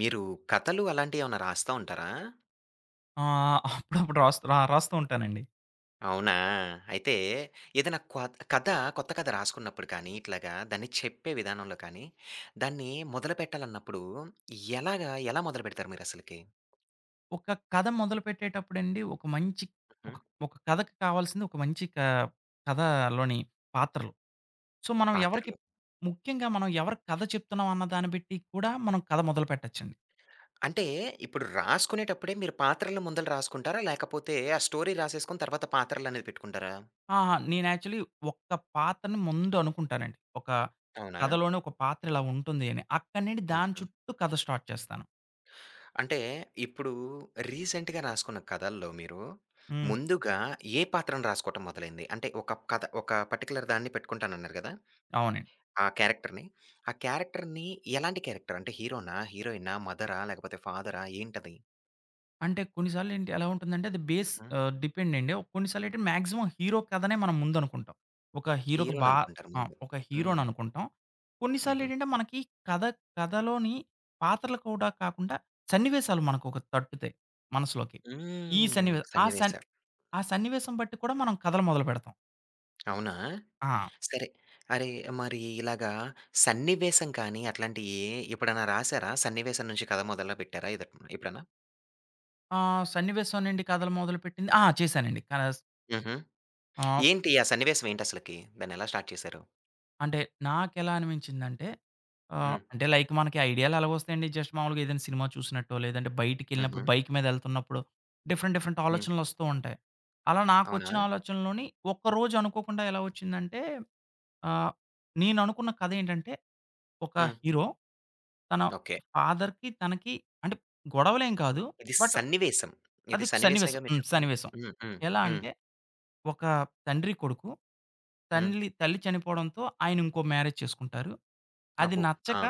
మీరు కథలు అలాంటియేమన్నా రాస్తా ఉంటారా? ఆ! అప్పుడప్పుడు రాస్తూ ఉంటానండి. అవునా? అయితే ఏదైనా కొత్త కథ రాసుకున్నప్పుడు కానీ, ఇట్లాగా దాన్ని చెప్పే విధానంలో కానీ, దాన్ని మొదలుపెట్టాలన్నప్పుడు ఎలా మొదలుపెడతారు మీరసలకి? ఒక కథ మొదలుపెట్టేటప్పుడండి, ఒక హ్మ్. ఒక కథకి కావాల్సింది ఒక మంచి కథలోని పాత్రలు. సో, మనం ఎవరికి పాత్రలు. ముఖ్యంగా మనం ఎవరికి కథ చెప్తున్నాం అన్న దాన్ని బట్టి కూడా మనం కథ మొదలుపెట్టొచ్చండి. అంటే ఇప్పుడు రాసుకునేటప్పుడే మీరు పాత్రలు ముందల రాసుకుంటారా? లేకపోతే ఆ స్టోరీ రాసేసుకొని తర్వాత పాత్రలనేది పెట్టుకుంటారా? ఆహా! నేను యాక్చువల్లీ ఒక్క పాత్రని ముందు అనుకుంటానండి. ఒక అవునా? కథలోనే ఒక పాత్ర ఇలా ఉంటుంది అని. అక్కడి నుండి దాని హుహు. చుట్టూ కథ స్టార్ట్ చేస్తాను. అంటే ఇప్పుడు రీసెంట్‌గా రాసుకున్న కథల్లో మీరు హ్మ్. ముందుగా ఏ పాత్రను రాసుకోవటం మొదలైంది? అంటే ఒక కథ ఒక పర్టిక్యులర్ దాన్ని పెట్టుకుంటానన్నారు గదా! అవునండి. ఆ క్యారెక్టర్‌ని. ఆ క్యారెక్టర్‌ని ఎలాంటి క్యారెక్టర్? అంటే హీరోనా? హీరోయినా? మదరా? లేకపోతే ఫాదరా? ఏంటది? అంటే కొన్నిసార్లు ఏంటి ఎలా ఉంటుందంటే అది హుహు. డిపెండ్ అండి. ఒక కొన్నిసార్లు ఏంటి మాక్సిమం హీరో కథనే మనం ముందనుకుంటాం. ఒక హీరోకి ఓకే. హీరోని బా అనుకుంటారు ఆ! ముందు. ఒక హీరోని హ్మ్. అనుకుంటాం. కొన్నిసార్లు హుహు. ఏంటంటే మనకి కథ కథలోని పాత్రలు కూడా కాకుండా సన్నివేశాలు మనకొక తట్టుతాయి మనసులోకి. ఈ హ్మ్. సన్నివే ఆ సన్ సన్నివేశాలు. ఆ సన్నివేశం బట్టి కూడా మనం కథలు మొదలుపెడతాం. అవునా? ఆ! సరే. అరే! మరి ఇలాగా సన్నివేశం కానీ అట్లాంటియి ఎప్పుడన్నా రాసారా? సన్నివేశం నుంచి కథ మొదలుపెట్టారా ఎప్పుడన్నా? ఆ సన్నివేశం నుండి కథలు మొదలుపెట్టింది ఆ! చేశానండి. కస్ హుహు. ఆహ్ ఏంటి ఆ సన్నివేశం ఏంటసలకి? దాన్నెలా స్టార్ట్ చేశారు? అంటే నాకెలా అనిపించిందంటే హ్మ్. అంటే లైక్ మనకి ఐడియాలు ఎలాగొస్తాయండి. జస్ట్ మామూలుగా ఏదైనా సినిమా చూసినట్టో, లేదంటే బయటికెళ్ళినప్పుడు హుహు. బైక్ మీద ఎళ్తున్నప్పుడు డిఫరెంట్, డిఫరెంట్ హ్మ్. ఆలోచనలొస్తూ ఉంటాయి. అలా అవునా? నాకొచ్చిన ఆలోచనలోని ఒక్కరోజు అనుకోకుండా ఎలా వచ్చిందంటే ఆహ్, నేననుకున్న కథ ఏంటంటే ఒక హ్మ్. హీరో తన ఓకే. ఫాదర్‌కి, తనకి అంటే గొడవలేం కాదు. ఇది బట్ సన్నివేశం. అది ఇది ఒక సన్నివేశం. సన్నివేశమేగా మీరు హ్మ్. చెప్తుంది. సన్నివేశం. హ్మ్. హ్మ్. ఎలా హ్మ్. అంటే ఒక తండ్రి కొడుకు హ్మ్. తల్లి తల్లి చనిపోవడంతో ఆయన ఇంకో మ్యారేజ్ చేసుకుంటారు. అది అబ్బో! ఆ! నచ్చక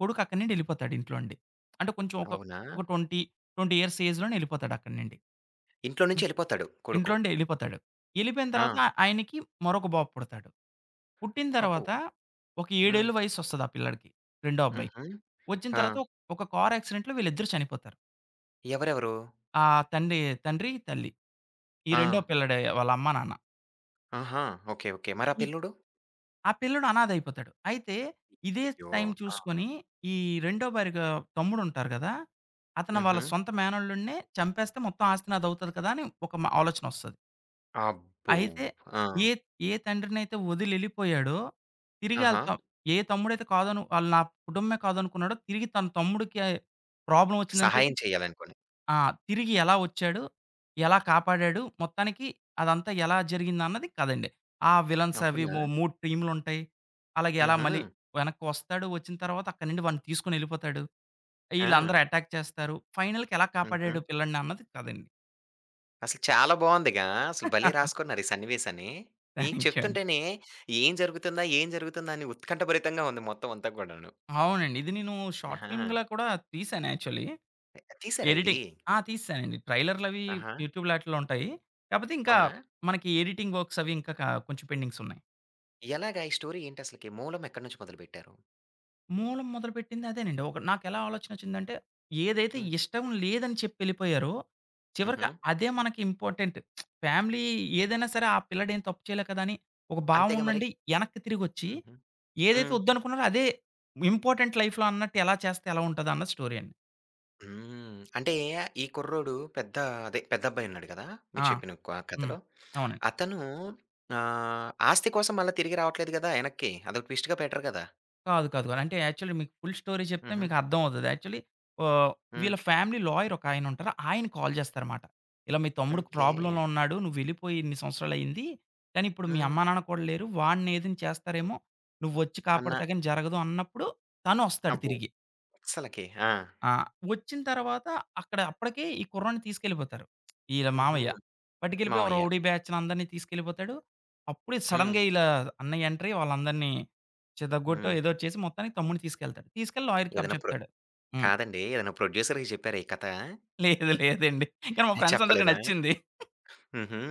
కొడుకు అక్కడి నుండి ఎళ్ళిపోతాడు ఇంట్లో నుండి. అంటే కొంచెం ఒక అవునా? ఒక 20, 20 ఇయర్స్ ఏజ్‌లోనే ఎళ్ళిపోతాడు అక్కడి నుండి. ఇంట్లో హ్మ్. నుంచి ఎళ్ళిపోతాడు కొడుకు. ఇంట్లో నుండి ఎళ్ళిపోతాడు. ఎళ్ళిపోయిన ఆ! తర్వాత ఆయనకి మరొక బాబు పుడతాడు. పుట్టిన అబ్బో! తర్వాత ఒక 7 హ్మ్. ఏళ్ల వయసొస్తది ఆ పిల్లాడికి. రెండో అబ్బాయికి. హుహు. వచ్చిన ఆ! తర్వాత ఒక ఒక కార్ యాక్సిడెంట్‌లో వీళ్ళిద్దరూ చనిపోతారు. ఎవరెవరు? ఆ తండ్రి తండ్రి, తల్లి. ఈ ఆ! రెండో పిల్లాడి వాళ్ళ అమ్మా, నాన్న. ఆహా! ఓకే. ఓకే. మరి ఆ ఈ పిల్లోడు? ఆ పిల్లోడు అనాథయిపోతాడు. అయితే ఇదే అయ్యో! టైం ఆ! చూసుకొని ఈ రెండో భార్యగా తమ్ముడుంటారు గదా! అతను వాళ్ళ హుహు. సొంత మేనల్లుడినే చంపేస్తే మొత్తం ఆస్తి నాదవుతది కదా! అని ఒక మ ఆలోచనొస్తది. అబ్బో! అయితే ఆ! ఏ ఏ తండ్రినైతే వదిలెళ్ళిపోయాడో తిరిగి ఆళ్ళ ఆహా! త ఏ తమ్ముడైతే కాదను ఆళ్ళు నా కుటుంబమే కాదనుకున్నాడో తిరిగి తన తమ్ముడికే ప్రాబ్లమ్ ఒచ్చిందని చెప్పి సహాయం చేయాలనుకోని. ఆ! తిరిగి ఎలా వచ్చాడు? ఎలా కాపాడాడు? మొత్తానికి అదంతా ఎలా జరిగిందన్నది కథండి. ఆ విలన్స్ అవి అవునా? 3 టీమ్‌లుంటాయి. అలాగే ఎలా హుహు. మళ్ళీ వెనక్కి వస్తాడు, వచ్చిన తర్వాత అక్కడి నుండి వాడిని తీసుకొనెళ్ళిపోతాడు. ఆ! ఈళ్ళందరూ అటాక్ చేస్తారు. ఫైనల్‌కి ఎలా హుహు. కాపాడాడు పిల్లాడిని అన్నది కథండి. అసలు చాలా బావుందిగా. అసలు భలే రాసుకున్నారు ఈ సన్నివేశాన్ని. మీకు థ్యాంక్ యూ అండి. చెప్తుంటేనే ఏం జరుగుతుందా? ఏం జరుగుతుందా? అని ఉత్కంఠభరితంగా ఉంది మొత్తం అంతా కూడాను. అవునండి. ఇది నేను షార్ట్ ఆహా! ఫిల్మ్‌లా కూడా తీశాను యాక్చువల్లీ. తీసారా ఇది? ఎడిటింగ్ ఆ! తీసేశానండి. ట్రైలర్‌లవి ఆహా! యూట్యూబ్‌లో ఆటిల్లో ఉంటాయి. కాపోతే ఇంకా అవునా? మనకి ఎడిటింగ్ వర్క్స్ అవి ఇంకా క కొంచెం పెండింగ్సున్నాయి. ఎలాగా ఈ స్టోరీ ఏంటసలకి? మూలం ఎక్కడి నుంచి మొదలుపెట్టారు? మూలం మొదలుపెట్టింది అదేనండి. ఒక నాకెలా ఆలోచనొచ్చిందంటే, ఏదైతే హ్మ్. ఇష్టం లేదని చెప్పి ఎళ్ళిపోయారో, చివరికి హుహు. అదే మనకి ఇంపార్టెంట్. ఫ్యామిలీ ఏదైనా సరే, ఆ పిల్లాడేం తప్పు చేయలే కదా! అని ఒక భావం అంతేగా మరి. నుండి ఎనక్కి తిరిగొచ్చి, హుహు. ఏదైతే హ్మ్. వద్దనుకున్నారో అదే ఇంపార్టెంట్ లైఫ్‌లో అన్నట్టు ఎలా చేస్తే ఎలా ఉంటదన్న స్టోరీ అండి. హ్మ్. అంటే ఈ కుర్రోడు పెద్ద అదే పెద్దబ్బాయి ఉన్నాడు కదా! మీరు ఆ! చెప్పిన హ్మ్. కథలో. అవునండి. అతను ఆహ్, ఆస్తి కోసం మళ్ళా తిరిగి రావట్లేదు గదా! ఎనక్కి. అదొక ట్విస్ట్‌గా పెట్టరు గదా! కాదు. అంటే యాక్చువల్లీ మీకు ఫుల్ స్టోరీ చెప్తే హుహు. మీకు అర్థం అవుతది. యాక్చువల్లీ ఆహ్, హ్మ్. వీళ్ళ ఫ్యామిలీ లాయర్ ఒకాయన ఉంటారు. ఆయన కాల్ చేస్తారన్నమాట. ఇలా మీ తమ్ముడు ఓకే. ప్రాబ్లమ్‌లో ఉన్నాడు. నువ్వెళ్ళిపోయి ఇన్ని సంవత్సరాలయింది. కానీ ఇప్పుడు మీ హ్మ్. అమ్మా, నాన్న కూడా లేరు. వాడిని ఏదైనా చేస్తారేమో. నువ్వొచ్చి అన్న కాపాడితే గాని జరగదు అన్నప్పుడు తనొస్తాడు అబ్బో! తిరిగి. అస్సలకి. ఆ! ఆ! వచ్చిన తర్వాత అక్కడ అప్పటికే ఈ కుర్రాడిని తీసుకెళ్ళిపోతారు. ఈళ్ళ హుహు. మామయ్య. పట్టుకెళ్ళిపోయి ఓ మావయ్య. రౌడీ బ్యాచ్‌ని అందరిని తీసుకెళ్ళిపోతాడు. అప్పుడే హ్మ్. సడెన్‌గా ఈళ్ళ అన్నయ్య ఎంటర్ అయ్యి వాళ్ళందరిని చెదగ్గొట్టో హ్మ్. ఏదో చేసి మొత్తానికి తమ్ముడిని తీసుకెళ్తాడు. తీసుకెళ్ళి లాయర్‌కి ఏదైనా ప్రొ అప్పచెప్తాడు. హ్మ్. కాదండి. ఏదైనా ప్రొడ్యూసర్‌కి చెప్పారా ఈ కథ? లేదండి. కానీ మా ఫ్రెండ్స్ అందరికి చెప్పలేదా? నచ్చింది. హుహు.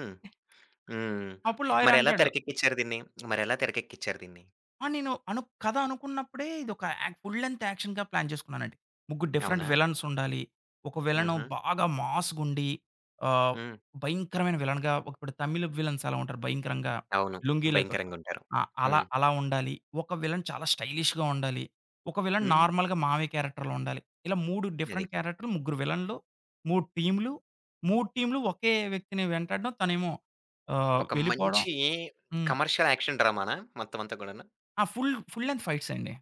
హ్మ్. అప్పుడు లాయర్ మరెలా అంటాడు తెరకెక్కిచ్చారు దీన్ని? మరెలా తెరకెక్కిచ్చారు దీన్ని? ఆ! నేను అను కథ అనుకున్నప్పుడే ఇదొక ఫుల్ లెంగ్త్ యాక్షన్‌గా ప్లాన్ చేసుకున్నానండి. ముగ్గురు డిఫరెంట్ అవునా? విలన్స్ ఉండాలి. ఒక విలను హుహు. బాగా మాస్‌గుండి ఆహ్, హ్మ్. భయంకరమైన విలన్‌గా ఇప్పుడు తమిళ్ విలన్స్ ఎలా ఉంటారు భయంకరంగా అవును. లుంగీలే కట్టుకొని. భయంకరంగుంటారు. ఆ! అలా హ్మ్. అలా ఉండాలి. ఒక విలన్ చాలా స్టైలిష్‌గా ఉండాలి. ఒక విలన్ హ్మ్. నార్మల్‌గా మామయ్య క్యారెక్టర్‌లో ఉండాలి. ఇలా 3 అది. డిఫరెంట్ క్యారెక్టర్‌లు, ముగ్గురు విలన్‌లు, 3 టీమ్‌లు. 3 టీమ్‌లు ఒకే వ్యక్తిని వెంటాడడం. తనేమో ఒక వెళ్ళిపోవడం. మంచి హ్మ్. కమర్షియల్ యాక్షన్ డ్రామానా మొత్తం అంతా కూడాను? ఆ! ఫుల్ ఫుల్ లెంగ్త్ ఫైట్స్ అండి.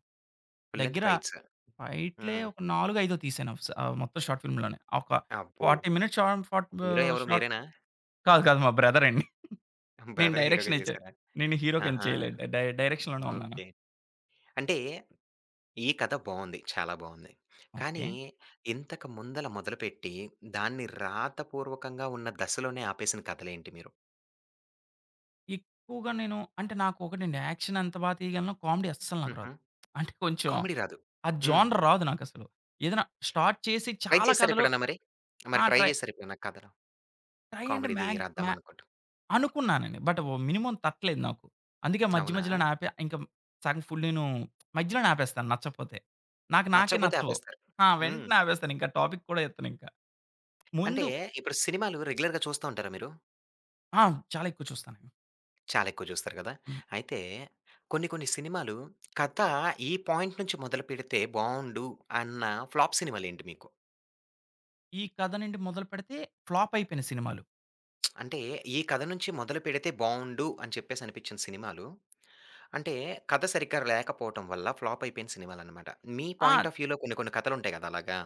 ఫుల్ లెంత్ దగ్గర ఫైట్స్. ఫైట్‌లే హ్మ్. ఒక 4, 5 తీశాను మొత్తం షార్ట్ ఫిల్మ్‌లోనే. ఒక అబ్బో! 40 మినిట్స్ హీరో ఎవరు షార్ట్ మీరేనా? కాదు. మా బ్రదర్ అండి. నేను బ్రదర్ హీరోగా డైరెక్షన్ ఇచ్చా. చేసారా? నేను హీరో కింద ఆహా! చేయలేదు. డైరెక్షన్‌లోనే ఉన్నాను. ఓకే. అంటే ఈ కథ బావుంది. చాలా బావుంది. కానీ ఓకే. ఇంతకు ముందల మొదలుపెట్టి దాన్ని రాతపూర్వకంగా ఉన్న దశలోనే ఆపేసిన కథలేంటి మీరు? ఎక్కువగా నేను అంటే నాకు ఒకటండి యాక్షన్ ఎంత బా తీయగలను, కామెడీ అస్సలు నాకు హుహు. రాదు. అంటే కొంచెం కామెడీ రాదు. ఆ హ్మ్. జోనర్ రాదు నాకసలు. ఏదైనా స్టార్ట్ చేసి ట్రై చాలా చేసారా కథలు ఎప్పుడన్నా మరి? ఆ! మరి ట్రై ట్రై చేసారా ఎప్పుడన్నా కథలో? ట్రై అంటే కామెడీది మ్యాగ్ రాద్దాం మ్యా అనుకుంటూ. అనుకున్నానండి. బట్ వ్ మినిమమ్ తట్టలేదు నాకు. అందుకే మధ్య అవునా? మధ్యలోనే ఆపా. ఇంక సగం ఫుల్ నేను మధ్యలోనే ఆపేస్తాను నచ్చకపోతే. నాకే నచ్చకపోతే నచ్చవు. ఆపేస్తారు. ఆ! హ్మ్. వెంటనే ఆపేస్తాను. ఇంకా టాపిక్ కూడా ఎత్తనింక. అంటే ముందు ఇప్పుడు సినిమాలు రెగ్యులర్‌గా చూస్తూ ఉంటారా మీరు? ఆ! చాలా ఎక్కువ చూస్తానండి. చాలా ఎక్కువ చూస్తారు కదా! హ్మ్. అయితే కొన్ని కొన్ని సినిమాలు కథ ఈ పాయింట్ నుంచి మొదలుపెడితే బావుండు అన్న ఫ్లాప్ సినిమాలేంటి మీకు? ఈ కథ నుండి మొదలుపెడితే ఫ్లాప్ అయిపోయిన సినిమాలు. అంటే, ఈ కథ నుంచి మొదలుపెడితే బావుండు అని చెప్పేసి అనిపించిన సినిమాలు, అంటే కథ సరిగ్గా లేకపోవటం వల్ల ఫ్లాప్ అయిపోయిన సినిమాలనమాట. మీ ఆ! పాయింట్ ఆఫ్ వ్యూలో కొన్ని కొన్ని కథలుంటాయి గదా! అలాగా.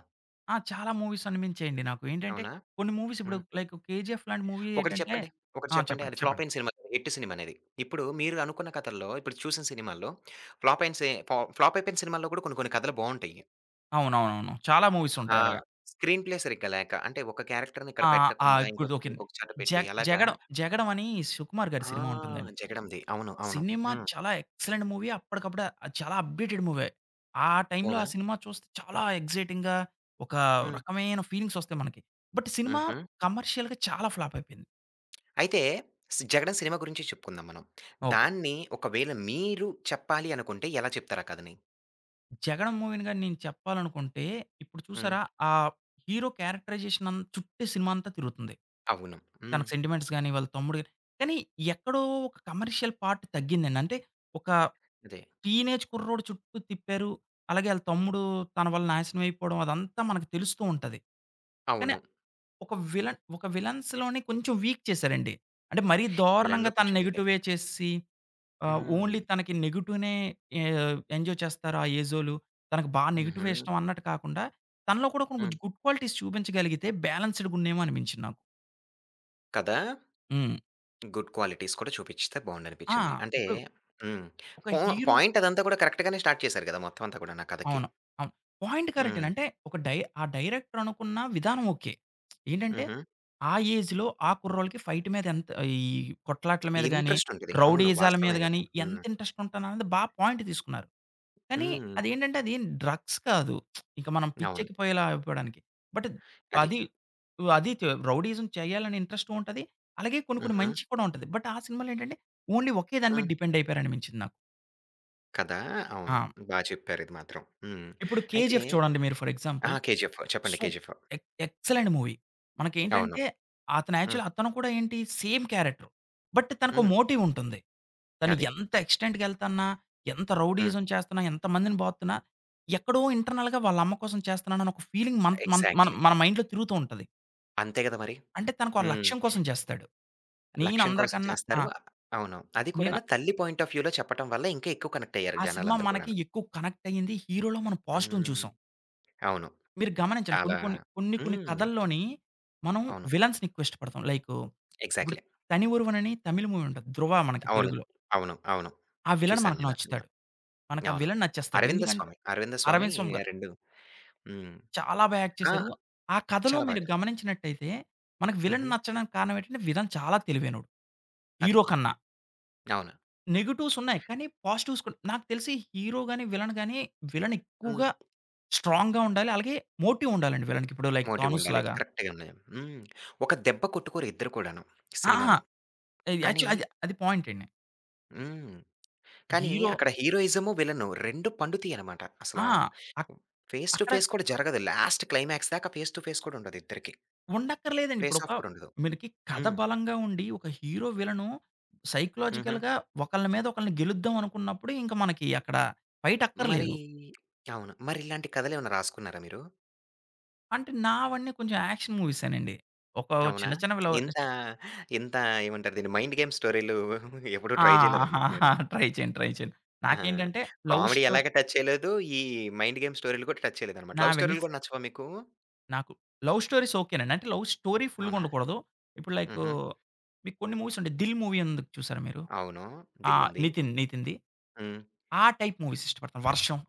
ఆ! చాలా మూవీస్ అనిపించాయండి నాకు. ఏంటంటే అవునా? కొన్ని మూవీస్ హ్మ్. ఇప్పుడు లైక్ 'కేజీఎఫ్' లాంటి మూవీ ఒకటి ఏంటంటే చెప్పండి. ఒకటి ఆ! చెప్పండి. అది ఫ్లాప్ చెప్పండి. అయిన సినిమా కాదు. హిట్ సినిమా అనేది. ఇప్పుడు మీరు అనుకున్న కథల్లో, ఇప్పుడు చూసిన సినిమాల్లో ఫ్లాప్ అయిన సి ఫా ఫ్లాప్ అయిపోయిన సినిమాల్లో కూడా కొన్ని కొన్ని కథలు బావుంటాయి. అవునవునవును. చాలా మూవీస్ ఆ! ఉంటాయి అలాగా. స్క్రీన్ ప్లే సరిగ్గా లేక, అంటే ఒక క్యారెక్టర్‌ని ఇక్కడ ఆ! ఆ! పెట్టకుండా ఇప్పుడు ఇంకొక ఓకే. ఇంకొక చోట జ పెట్టి అలాగా 'జగడం' అని 'సుకుమార్' గారి ఆ! సినిమా ఉంటుందండి. 'జగడంది.' అవును. అవును. సినిమా హ్మ్. చాలా ఎక్సలెంట్ మూవీ. అప్పటికప్పుడు అది చాలా అప్‌డేటెడ్ మూవే. ఆ టైంలో ఆ అవునా? సినిమా చూస్తే చాలా ఎక్సైటింగ్‌గా ఒక హ్మ్. రకమైన ఫీలింగ్స్ ఒస్తాయి మనకి. బట్ సినిమా హుహు. కమర్షియల్‌గా చాలా ఫ్లాప్ అయిపోయింది. అయితే 'జగడం' సినిమా గురించి చెప్పుకుందాం మనం. ఓకే. దాన్ని ఒకవేళ మీరు చెప్పాలి అనుకుంటే ఎలా చెప్తారు ఆ కథని? 'జగన్' మూవీని గాని నేను చెప్పాలనుకుంటే ఇప్పుడు హ్మ్. చూసారా? ఆ హీరో క్యారెక్టరైజేషన్ అం చుట్టే సినిమా అంతా తిరుగుతుంది. అవును. హ్మ్. తనకు సెంటిమెంట్స్ గాని, వాళ్ళ తమ్ముడు గాని కానీ ఎక్కడో ఒక కమర్షియల్ పార్ట్ తగ్గిందండి. అంటే ఒక అదే. టీనేజ్ కుర్రోడు చుట్టూ తిప్పారు. అలాగే ఆళ్ళ తమ్ముడు తన వల్ల నాశనం అయిపోవడం అదంతా మనకు తెలుస్తూ ఉంటది. కానీ అవును. ఒక విలన్స్‌లోనే కొంచెం వీక్ చేశారండి. అంటే మరీ విలన్‌లో దారుణంగా తను కొంచెం వీక్ నెగెటివే అయిపోయారు. చేసేసి హ్మ్. ఓన్లీ తనకి నెగెటివ్‌నే ఎ ఎంజాయ్ చేస్తారు ఆ ఏజోలు. తనకు బా హుహు. నెగెటివే ఇష్టం అన్నట్టు కాకుండా, తనలో కూడా కొన్ని హ్మ్. గుడ్ క్వాలిటీస్ చూపించగలిగితే బ్యాలెన్స్‌డ్‌గున్నేమో అనిపించింది నాకు. కదా! హ్మ్. గుడ్ క్వాలిటీస్ కూడా చూపిచ్చితే ఆ! బావుండనిపించింది. అంటే ఇప్పుడు హ్మ్. ఒక పా హీరో పాయింట్ అదంతా కూడా కరెక్ట్ గానే స్టార్ట్ చేశారు కదా! మొత్తం అంతా కూడాను ఆ కథకి. అవును. అవును. పాయింట్ కరెక్టేనండి. హ్మ్. అంటే ఒక డై ఆ డైరెక్టర్ అనుకున్న విధానం ఓకే. ఏంటంటే, హుహు. ఆ ఏజ్‌లో ఆ కుర్రోళ్ళకి ఫైట్ మీద ఎంత ఈ కొట్లాట్ల మీద గాని, ఇంట్రెస్ట్ ఉంటది. అవును. రౌడీయిజాల మీద వాస్తవమే కదా! గాని ఎంత హ్మ్. ఇంట్రెస్ట్ ఉంటదన్నది బా పాయింట్ తీసుకున్నారు. కానీ హ్మ్. అది డ్రగ్స్ కాదు. ఇంక మనం అవును. పిచ్చెక్కిపోయేలా అయిపోవడానికి. బట్ అది. అది అది త రౌడీయిజం చేయాలని ఇంట్రెస్టు ఉంటది. అలాగే కొన్ని కొన్ని హుహు. మంచి కూడా ఉంటది. బట్ ఆ సినిమాలో ఏంటంటే ఓన్లీ ఒకే దాని మీద హ్మ్. డిపెండ్ అయిపోయారనిపించింది నాకు. కదా! అవును. ఆ! బా చెప్పారు ఇది మాత్రం. హ్మ్. ఇప్పుడు అయితే 'కేజీఎఫ్' చూడండి మీరు ఫర్ ఎగ్జాంపుల్. ఆ! 'కేజీఎఫ్' చెప్పండి సూప్ 'కేజీఎఫ్.' ఎక్ ఎక్సలెంట్ మూవీ. అవును. మనకేంటంటే హ్మ్. అతను కూడా ఏంటి సేమ్ క్యారెక్టర్. బట్ తనకో హ్మ్. మోటివ్ ఉంటుంది. తను అది. ఎంత ఎక్స్‌టెంట్‌కెళ్తన్నా, ఎంత హ్మ్. రౌడీయిజం చేస్తున్నా, ఎంతమందిని బాదుతున్నా, ఎక్కడో ఇంటర్నల్‌గా వాళ్ళ అమ్మ కోసం చేస్తున్నానని ఒక ఫీలింగ్ మన్ మన్ మన ఎగ్జాక్ట్‌లీ. మన మైండ్‌లో తిరుగుతూ ఉంటది. అంతే గదా మరి. అంటే తనకు ఆ హ్మ్. లక్ష్యం కోసం చేస్తాడు. నేను లక్ష్యం కోసం అందరికన్నా ఆ! చేస్తారు. అ- అవును. అది నేను కూడాను తల్లి పాయింట్ ఆఫ్ వ్యూలో చెప్పటం వల్ల ఇంకా ఎక్కువ కనెక్ట్ అయ్యారు ఆ సినిమా జనాలందరూ మనకి కూడాను. ఎక్కువ కనెక్ట్ అయ్యింది. హీరోలో మనం పాజిటివ్‌ని హ్మ్. చూసాం. అవును. మీరు గమనించండి. చాలా కొన్ని కొన్ని హ్మ్. కథల్లోని మనం అవును. విలన్స్‌ని ఎక్కువ ఇష్టపడతాం. లైకు ఇప్పుడు ఎగ్జాక్ట్‌లీ. 'తని ఒరువనని' తమిళ్ మూవీ ఉంటది. 'ధ్రువ' మనకి అవును. తెలుగులో. అవును. అవును. ఆ విలన్ చూసాను మనకు నేను ఆ సినిమా. నచ్చుతాడు. మనకు ఆ అవును. విలన్ నచ్చేస్తాడు. 'అరవింద ఎందుకంటే స్వామి'. 'అరవింద స్వామి' 'అరవింద్ స్వామి' గారు 2 హ్మ్. చాలా బా యాక్ట్ ఆ! చేశారు. ఆ కథలో చాలా మీరు బాగా. గమనించినట్టయితే మనకు విలన్ హుహు. నచ్చడానికి కారణం ఏంటంటే విలన్ చాలా తెలివైనోడు అది. హీరో కన్నా. అవును. నెగెటివ్స్ ఉన్నాయి. కానీ పాజిటివ్స్ కూడా నాకు తెలిసి హీరో గాని, విలన్ గాని విలన్ హ్మ్. ఎక్కువగా స్ట్రాంగ్‌గా ఉండాలి. అలాగే మోటివ్ ఉండాలండి విలన్‌కి. ఇప్పుడు లైక్ 'థానోస్' మోటివుండాలి. లాగా. కరెక్ట్‌గా ఉన్నాయి. హ్మ్. ఒక దెబ్బ కొట్టుకోరు ఇద్దరు కూడాను అహా! సినిమాలో. కానీ యాక్చువల్ అది అది పాయింట్ అండి. హ్మ్. కానీ హీరో అక్కడ హీరోయిజము, విలను 2 పండుతాయనమాట. అసలా ఆ! అక్ ఫేస్ టు అక్కడ ఫేస్ కూడా జరగదు. లాస్ట్ క్లైమాక్స్ దాకా ఫేస్ టు ఫేస్ కూడా ఉండదు ఇద్దరికీ. ఉండక్కర్లేదండి. ఫేస్ ఆఫ్ కూడా ఉండదు. మనకి కథ హ్మ్. బలంగా ఉండి, ఒక హీరో, విలను హుహు. సైకలాజికల్‌గా ఒకళ్ళ మీద ఒకళ్ళని గెలుద్దాం అనుకున్నప్పుడు, ఇంక మనకి అక్కడ ఫైట్ మరి అక్కర్లేదు. అవును. మరి ఇలాంటి కథలేమన్నా రాసుకున్నారా మీరు? అంటే నావన్నీ కొంచెం యాక్షన్ మూవీసేనండి. ఒక అవునా? చిన్న చిన్నవి లవ్ ఇంత చే ఇంత ఏమంటారు దీన్ని మైండ్ గేమ్ స్టోరీలు ఎప్పుడూ ఆ! ట్రై చేయలేదన్నమాట మీరు. ట్రై చేయండి. ఆహా! నాకేంటంటే లవ్ కామెడీ స్టోరీ ఎలాగ టచ్ చేయలేదు. ఈ మైండ్ గేమ్ స్టోరీలు కూడా టచ్ చేయలేదనమాట. లవ్ నావన్నీ స్టోరీలు స్ కూడా నచ్చవా మీకు? నాకు లవ్ స్టోరీస్ ఓకేనండి. అంటే లవ్ స్టోరీ ఫుల్‌గా అవునా? ఉండకూడదు. ఇప్పుడు లైకు హుహు. మీకు కొన్ని మూవీస్ ఉంటాయి. 'దిల్' మూవీ ఉంది చూసారా మీరు? అవును. ఆ! 'దిల్' ఉంది. నితిన్‌ది. హ్మ్. ఆ టైప్ మూవీస్ ఇష్టపడతాను. 'వర్షం'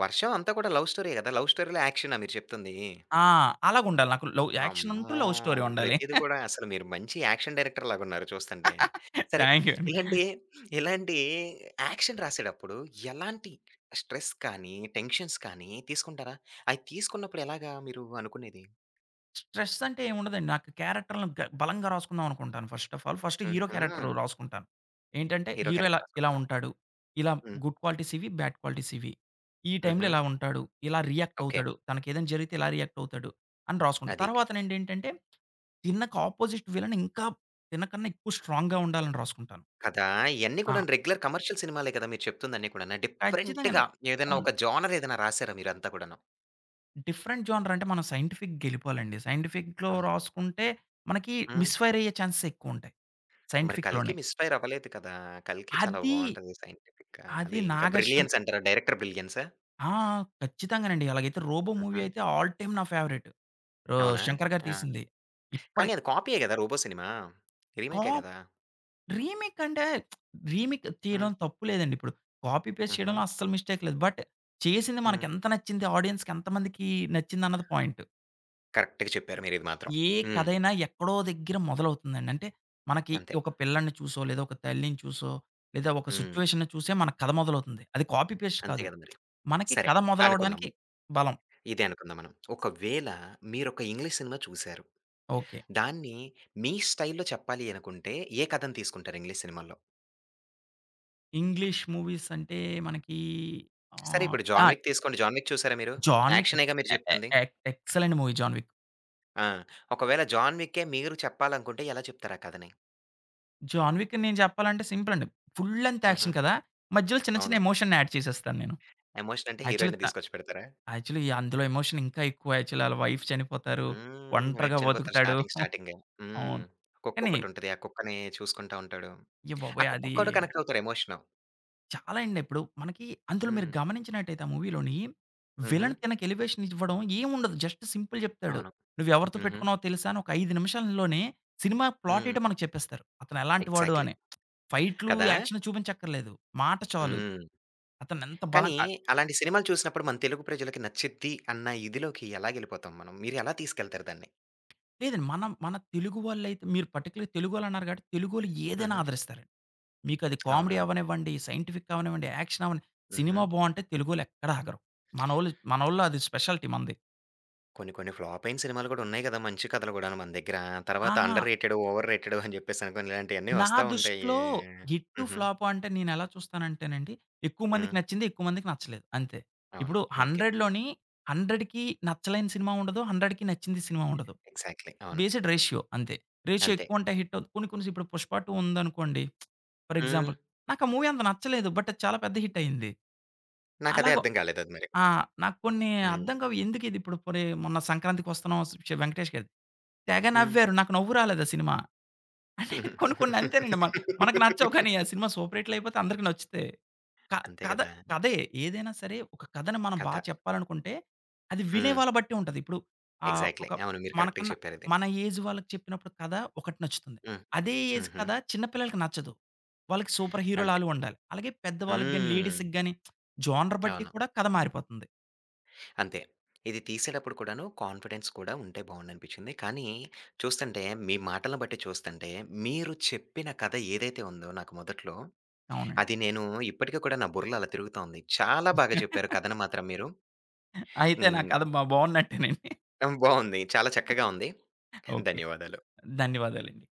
'వర్షం' అంతా కూడా లవ్ స్టోరీయే గదా! లవ్ స్టోరీలో యాక్షనా మీరు చెప్తుంది? ఆ! అలాగుండాలి. నాకు లవ్ యాక్షన్ ఉంటూ, అమ్మో! లవ్ స్టోరీ ఉండాలి. ప్రతీది కూడా అసలు మీరు మంచి యాక్షన్ డైరెక్టర్ లాగున్నారు చూస్తంటే. సరే థాంక్ యూ అండి. ఇలాంటి, ఇలాంటి యాక్షన్ రాసేటప్పుడు ఎలాంటి స్ట్రెస్ కానీ, టెన్షన్స్ కానీ తీసుకుంటారా? అయి తీసుకున్నప్పుడు ఎలాగా మీరు అనుకునేది? స్ట్రెస్ అంటే ఏముండదండి. నాకు క్యారెక్టర్‌లను గ బలంగా రాసుకుందాం అనుకుంటాను first of all. First hero హుహు. క్యారెక్టర్ రాసుకుంటాను. ఏంటంటే హీరో హీరో ఇలా క్యారెక్టర్ ఇలా రాసుకుంటారు. ఉంటాడు. ఇలా హ్మ్. గుడ్ క్వాలిటీస్ ఇవి, బ్యాడ్ క్వాలిటీస్ ఇవి. ఈ టైమ్‌లో హుహు. ఇలా ఉంటాడు. ఇలా రియాక్ట్ ఓకే. అవుతాడు. తనకేదైనా జరిగితే ఇలా రియాక్ట్ అవుతాడు అని రాసుకుంటా. అది. ఏంటంటే తిన్నకు ఆపోజిట్ విలన్ ఇంకా తినకన్నా ఎక్కువ స్ట్రాంగ్‌గా ఉండాలని రాసుకుంటాను. కదా! ఇయన్నీ ఆ! కూడాను రెగ్యులర్ కమర్షియల్ సినిమాలే కదా! మీరు చెప్తుందన్నీ కూడాను. డిఫరెంట్‌గా ఖచ్చితంగాను. ఏదైనా అవును. ఒక జోనర్ ఏదైనా రాసారా మీరంతా కూడాను? డిఫరెంట్ జోనర్ అంటే మనం సైంటిఫిక్‌కెళ్ళిపోవాలండి. సైంటిఫిక్‌లో అమ్ రాసుకుంటే మనకి హ్మ్. మిస్‌ఫైర్ అయ్యే ఛాన్సెస్ ఎక్కువుంటాయి మరి సైంటిఫిక్‌లోనే. 'కల్కి' మిస్‌ఫైర్ అవ్వలేదు కదా! 'కల్కి' చాలా అది, బావుంటది సైంటిఫిక్‌గా. అది అది ఇంకా 'నాగార్జున' బ్రిలియన్స్ అంటారా? డైరెక్టర్ బ్రిలియన్సా? ఆ! ఖచ్చితంగానండి. అలాగైతే 'రోబో' మూవీ హుహు. అయితే ఆల్ టైమ్ నా ఫేవరెట్. అవునా? శంకర్ గారు ఆ! తీసింది. ఇప్పటి కానీ అది కాపీయే కదా! 'Robo' cinema. రీమేకే కాప్ కదా! రీమేక్ అంటే రీమేక్ హ్మ్. తీయడం తప్పు లేదండి. ఇప్పుడు కాపీ పేస్ట్ హుహు. చేయడంలో అస్సలు మిస్టేక్ లేదు. బట్ చేసింది హ్మ్. మనకెంత నచ్చింది, ఆడియన్స్‌కి ఎంతమందికి నచ్చిందన్నది పాయింట్. కరెక్ట్‌గా చెప్పారు మీరిది మాత్రం. ఏ హ్మ్. కథైనా ఎక్కడో దగ్గర మొదలవుతుందండి. అంటే మనకి అంతే. ఒక పిల్లాడిని చూసో, లేదా ఒక తల్లిని చూసో, లేదా ఒక హ్మ్. సిట్యుయేషన్‌ని చూసే మన కథ మొదలవుతుంది. అది కాపీ పేస్ట్ అంతే కాదు. కదా మరి. మనకి సరే. కథ మొదలవ్వడానికి అనుకుందాము. బలం. ఇదే అనుకుందాం మనం. ఒకవేళ మీరొక ఇంగ్లీష్ సినిమా చూసారు. ఓకే. దాన్ని మీ స్టైల్‌లో చెప్పాలి అనుకుంటే ఏ కథను తీసుకుంటారు ఇంగ్లీష్ సినిమాల్లో? ఇంగ్లీష్ మూవీస్ అంటే మనకి సరే ఆహ్, ఇప్పుడు ఆ! 'జాన్ విక్' తీసుకోండి. 'జాన్ విక్' చూసారా మీరు? 'జాన్ విక్' యాక్షనేగా ఎక్స్ మీరు ఎ ఎ చెప్తుంది. ఎక్ ఎక్సలెంట్ మూవీ 'జాన్ విక్.' ఆ! ఒకవేళ 'జాన్ విక్కే' మీరు చెప్పాలనుకుంటే ఎలా చెప్తారు ఆ కథని? 'జాన్ విక్' నేను చెప్పాలంటే సింపుల్ అండి. ఫుల్ లెంగ్త్ హుహు. యాక్షన్ కదా! మధ్యలో చిన్న చిన్న అవును. ఎమోషన్‌ని యాడ్ చేసేస్తాను నేను. ఎమోషన్ అంటే యాక్చువల్లీ హీరోయిన్‌ని త తీసుకొచ్చి పెడతారా? యాక్చువల్లీ అందులో ఎమోషన్ ఇంకా ఎక్కువ. యాక్చువల్లీ ఆళ్ళ వైఫ్ చనిపోతారు. హ్మ్. వైపు ఒంటరిగా చనిపోతారు బతుకుతాడు. స్టార్టింగ్ స్టార్టింగే. హ్మ్. అవును. కుక్క కానీ, ఒకటుంటది. ఆ కుక్కని చూసుకుంటా ఉంటాడు. అయ్య ఆ బాబోయ్! కుక్క అది కూడా కనెక్ట్ అవుతారు ఎమోషను. చాలా అండి. ఇప్పుడు మనకి అందులో మీరు హ్మ్. గమనించినట్టయితే ఆ మూవీలోని హుహు. విలన్ తనకి ఎలివేషన్ ఇవ్వడం ఏముండదు. జస్ట్ సింపుల్ చెప్తాడు. అవును. "నువ్వు ఎవరితో హుహు. పెట్టుకున్నావో తెలుసా?" అని ఒక 5 నిమిషాల్లోనే సినిమా ప్లాట్ హ్మ్. ఏటో మనకు చెప్పేస్తారు. అతను ఎలాంటి వాడు ఎగ్జాక్ట్‌లీ. అని. ఫైట్‌లు, కదా! యాక్షన్ చూపించక్కర్లేదు. మాట చాలు. హ్మ్. అతను ఎంత కానీ బలంగా అలాంటి సినిమాలు చూసినప్పుడు మన తెలుగు ప్రజలకి నచ్చిద్ది అన్న ఇదిలోకి ఎలాగెళ్ళిపోతాం మనం? మీరెలా తీసుకెళ్తారు దాన్ని? మన మన తెలుగు వాళ్ళైతే మీరు పర్టిక్యులర్‌గా తెలుగోళ్ళన్నారు కాబట్టి తెలుగోళ్ళు ఏదైనా హుహు. ఆదరిస్తారండి. మీకది కామెడీ అవునా? అవ్వనివ్వండి, సైంటిఫిక్ అవ్వనివ్వండి, యాక్షన్ అవ్వని హుహు. సినిమా బావుంటే తెలుగోళ్ళు ఎక్కడా ఆగరు. మనోళ్ళు మనోళ్ళు అది స్పెషాలిటీ మనది. కొన్ని కొన్ని ఫ్లాప్ అయిన సినిమాలు గూడా ఉన్నాయి గదా! మంచి కథలు గూడాను మన దగ్గర. తర్వాత ఆహా! అండర్ రేటెడ్, ఓవర్ రేటెడ్ అని జెప్పేసి అనుకోని ఇలాంటియన్నీ నా వస్తా ఉంటాయి. దృష్టిలో హిట్టు, హుహు. ఫ్లాపు అంటే నేనెలా చూస్తానంటేనండి, ఎక్కువ మందికి హ్మ్. నచ్చింది, ఎక్కువ మందికి నచ్చలేదు అంతే. అవును. ఇప్పుడు ఓకే. 100లోని 100కి నచ్చలేని సినిమా ఉండదు. 100కి నచ్చింది సినిమా ఉండదు. ఎగ్జాక్ట్‌లీ. అవును. బేస్డ్ రేషియో అంతే. రేషియో అంతే. ఎక్కువుంటే హిట్ అవుద్ది. కొన్ని కొన్ని ఇప్పుడు 'పుష్ప 2' ఉందనుకోండి ఫర్ హ్మ్. ఎగ్జాంపుల్. నాకు ఆ మూవీ అంత నచ్చలేదు. బట్ అది చాలా పెద్ద హిట్ అయింది. నాకదే అలాగ అర్థం కాలేదది మరి. ఆ! నాకు కొన్ని హ్మ్. అర్థం కావు. ఎందుకిది ఇప్పుడు పోనీ మొన్న సంక్రాంతికొస్తున్నాం స్ వెంకటేష్ గారిది. తెగ హ్మ్. నవ్వారు. నాకు నవ్వు రాలేదు ఆ సినిమా. అంటే కొన్ని కొన్ని అంతేనండి. మనకు నచ్చవు కానీ ఆ సినిమా సూపర్ హిట్లు అయిపోతే అందరికి నచ్చుతాయి. క అంతే కథ గదా! కథే ఏదైనా సరే ఒక కథను మనం బా కథ. చెప్పాలనుకుంటే అది వినే హ్మ్. వాళ్ళ బట్టి ఉంటది. ఇప్పుడు ఆహ్, ఎగ్జాక్ట్‌లీ. ఒక అవును. మీరు కరెక్ట్‌గా మనకన్నా చెప్పారది. మన ఏజ్ వాళ్ళకి చెప్పినప్పుడు కథ ఒకటి నచ్చుతుంది. హ్మ్. అదే ఏజ్ హుహు. కథ చిన్న పిల్లలకి నచ్చదు. వాళ్ళకి సూపర్ హీరోలు అంతే. ఆలు ఉండాలి. అలాగే పెద్దవాళ్ళకి గాని, హ్మ్. లేడీస్‌కి గాని జోనర్ బట్టి అవును. కూడా కథ మారిపోతుంది. అంతే. ఇది తీసేటప్పుడు కూడాను కాన్ఫిడెన్స్ కూడా ఉంటే బావుండనిపించింది. కానీ చూస్తంటే మీ మాటలను బట్టి చూస్తంటే మీరు చెప్పిన కథ ఏదైతే ఉందో నాకు మొదట్లో, అవునండి. అది నేను ఇప్పటికి కూడా నా బుర్రలో అలా తిరుగుతా ఉంది. చాలా బాగా చెప్పారు కథను మాత్రం మీరు. అయితే నా హ్మ్. కథ బాగున్నట్టేనండి. బావుంది. చాలా చక్కగా ఉంది. ఓకే. ధన్యవాదాలు. ధన్యవాదాలండి.